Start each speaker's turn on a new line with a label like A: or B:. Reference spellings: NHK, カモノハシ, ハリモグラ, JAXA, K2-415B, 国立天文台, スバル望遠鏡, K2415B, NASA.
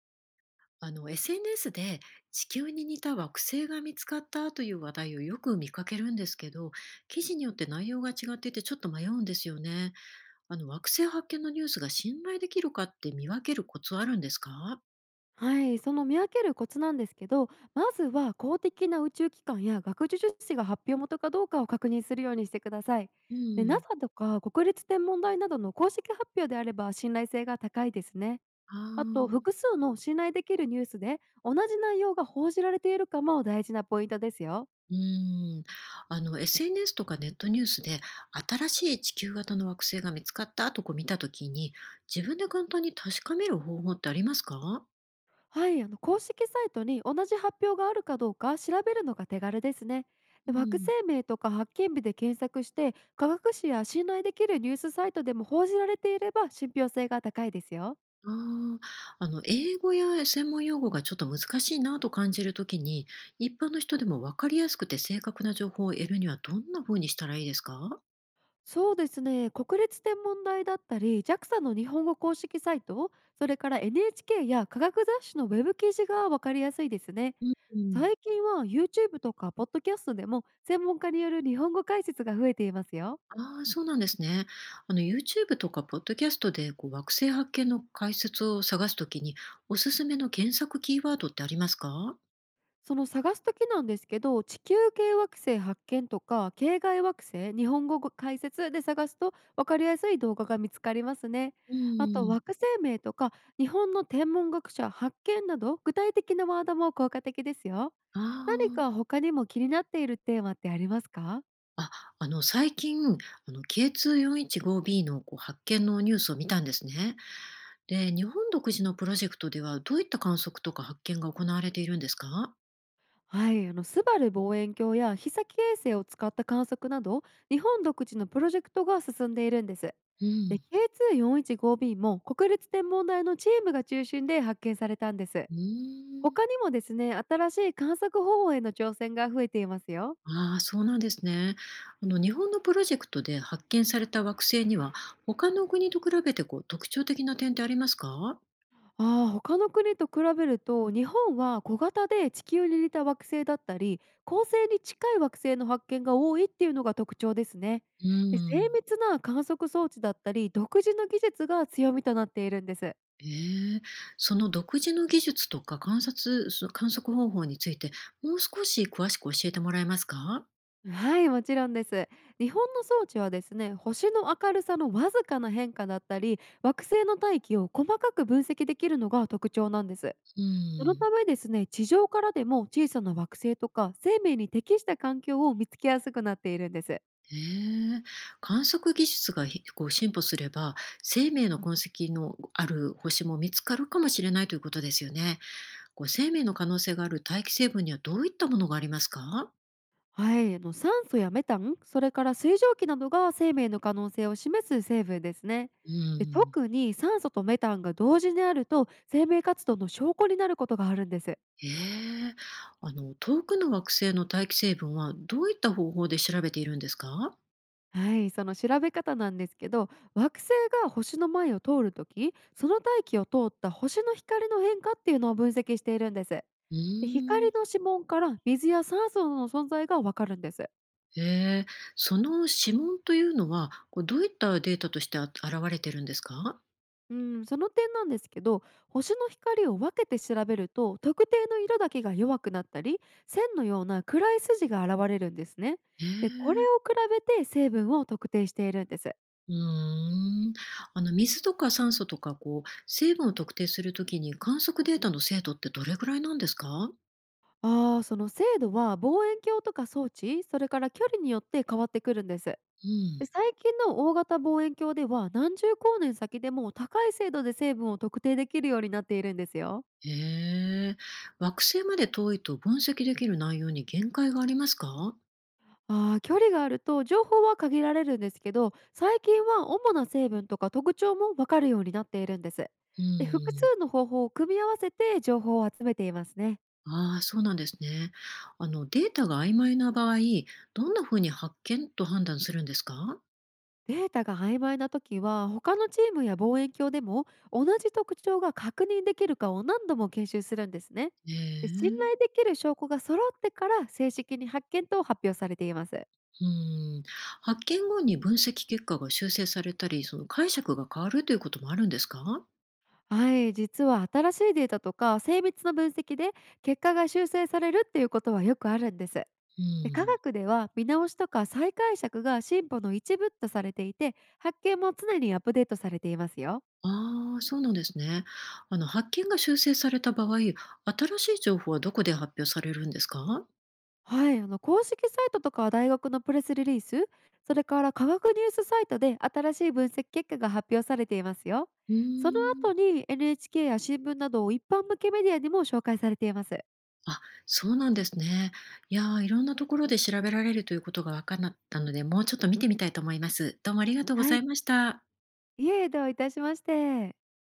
A: SNS で地球に似た惑星が見つかったという話題をよく見かけるんですけど、記事によって内容が違っていてちょっと迷うんですよね。惑星発見のニュースが信頼できるかって見分けるコツあるんですか？
B: はい、その見分けるコツなんですけど、まずは公的な宇宙機関や学術誌が発表元かどうかを確認するようにしてください。
A: う
B: で、
A: ん。
B: NASA とか国立天文台などの公式発表であれば信頼性が高いですね。
A: あ
B: あと、
A: ー
B: 複数の信頼できるニュースで同じ内容が報じられているかも大事なポイントですよ。
A: うん。SNS とかネットニュースで新しい地球型の惑星が見つかったとこう見たときに自分で簡単に確かめる方法ってありますか？
B: はい、公式サイトに同じ発表があるかどうか調べるのが手軽ですね。
A: う
B: で惑星
A: ん。
B: 名とか発見日で検索して科学誌や信頼できるニュースサイトでも報じられていれば信憑性が高いですよ。
A: ああ、英語や専門用語がちょっと難しいなと感じるときに、一般の人でも分かりやすくて正確な情報を得るにはどんな風にしたらいいですか？
B: そうですね、国立天文台だったり JAXA の日本語公式サイト、それから NHK や科学雑誌のウェブ記事が分かりやすいですね。
A: うんうん。
B: 最近は YouTube とかポッドキャストでも専門家による日本語解説が増えていますよ。
A: ああ、そうなんですね。YouTube とかポッドキャストでこう惑星発見の解説を探すときに、おすすめの検索キーワードってありますか？
B: その探す時なんですけど、地球系惑星発見とか系外惑星日本語解説で探すと分かりやすい動画が見つかりますね。
A: う
B: あと
A: ん。
B: 惑星名とか日本の天文学者発見など具体的なワードも効果的ですよ。何
A: ああ
B: か他にも気になっているテーマってありますか？
A: あ、最近、K2-415B のこう発見のニュースを見たんですね。で、日本独自のプロジェクトではどういった観測とか発見が行われているんですか？
B: はい、スバル望遠鏡や飛先衛星を使った観測など日本独自のプロジェクトが進んでいるんです。
A: う
B: で
A: ん。
B: K2415B も国立天文台のチームが中心で発見されたんです。
A: うーん。
B: 他にもですね、新しい観測方法への挑戦が増えていますよ。
A: ああ、そうなんですね。日本のプロジェクトで発見された惑星には、他の国と比べてこう特徴的な点ってありますか？
B: ああ、他の国と比べると日本は小型で地球に似た惑星だったり恒星に近い惑星の発見が多いっていうのが特徴ですね。
A: う
B: で精
A: ん。
B: 密な観測装置だったり独自の技術が強みとなっているんです。
A: ええ、その独自の技術とか観察そ観測方法について、もう少し詳しく教えてもらえますか？
B: はい、もちろんです。日本の装置はですね、星の明るさのわずかな変化だったり惑星の大気を細かく分析できるのが特徴なんです。
A: う
B: その
A: ん。
B: ためですね、地上からでも小さな惑星とか生命に適した環境を見つけやすくなっているんです。
A: へえ。観測技術がこう進歩すれば、生命の痕跡のある星も見つかるかもしれないということですよね。こう生命の可能性がある大気成分にはどういったものがありますか？
B: はい、酸素やメタン、それから水蒸気などが生命の可能性を示す成分ですね。
A: う
B: で
A: ん。
B: 特に酸素とメタンが同時にあると生命活動の証拠になることがあるんです。
A: へえ。遠くの惑星の大気成分はどういった方法で調べているんですか？
B: はい、その調べ方なんですけど、惑星が星の前を通るときその大気を通った星の光の変化っていうのを分析しているんです。で、
A: うー
B: 光
A: ん。
B: の指紋から水や酸素の存在がわかるんです。
A: へえ。その指紋というのは、こうどういったデータとして現れてるんですか？
B: うん、その点なんですけど、星の光を分けて調べると特定の色だけが弱くなったり線のような暗い筋が現れるんですね。
A: へ
B: でこれ
A: え。
B: を比べて成分を特定しているんです。
A: うーん。水とか酸素とか、こう、成分を特定するときに観測データの精度ってどれぐらいなんですか？
B: その精度は望遠鏡とか装置それから距離によって変わってくるんです。
A: う
B: で
A: ん。
B: 最近の大型望遠鏡では何十光年先でも高い精度で成分を特定できるようになっているんですよ。
A: へえ。惑星まで遠いと分析できる内容に限界がありますか？
B: ああ、距離があると情報は限られるんですけど、最近は主な成分とか特徴も分かるようになっているんです。
A: う
B: で複
A: ん。
B: 数の方法を組み合わせて情報を集めていますね。
A: ああ、そうなんですね。データが曖昧な場合、どんなふうに発見と判断するんですか？
B: データが曖昧な時は他のチームや望遠鏡でも同じ特徴が確認できるかを何度も研修するんですね。
A: へ
B: で信頼
A: え。
B: できる証拠が揃ってから正式に発見と発表されています。
A: うん。発見後に分析結果が修正されたり、その解釈が変わるということもあるんですか？
B: はい、実は新しいデータとか精密な分析で結果が修正されるっていうことはよくあるんです。
A: う
B: で科
A: ん。
B: 学では見直しとか再解釈が進歩の一部とされていて発見も常にアップデートされていますよ。
A: ああ、そうなんですね。発見が修正された場合、新しい情報はどこで発表されるんですか？
B: はい、公式サイトとか大学のプレスリリース、それから科学ニュースサイトで新しい分析結果が発表されていますよ。
A: う
B: その
A: ー
B: 後
A: ん。
B: に NHK や新聞など一般向けメディアにも紹介されています。
A: あ、そうなんですね。いやー、いろんなところで調べられるということが分かったので、もうちょっと見てみたいと思います。どうもありがとうご
B: は
A: ざ
B: い。
A: いました。
B: いえ、どういたしまして。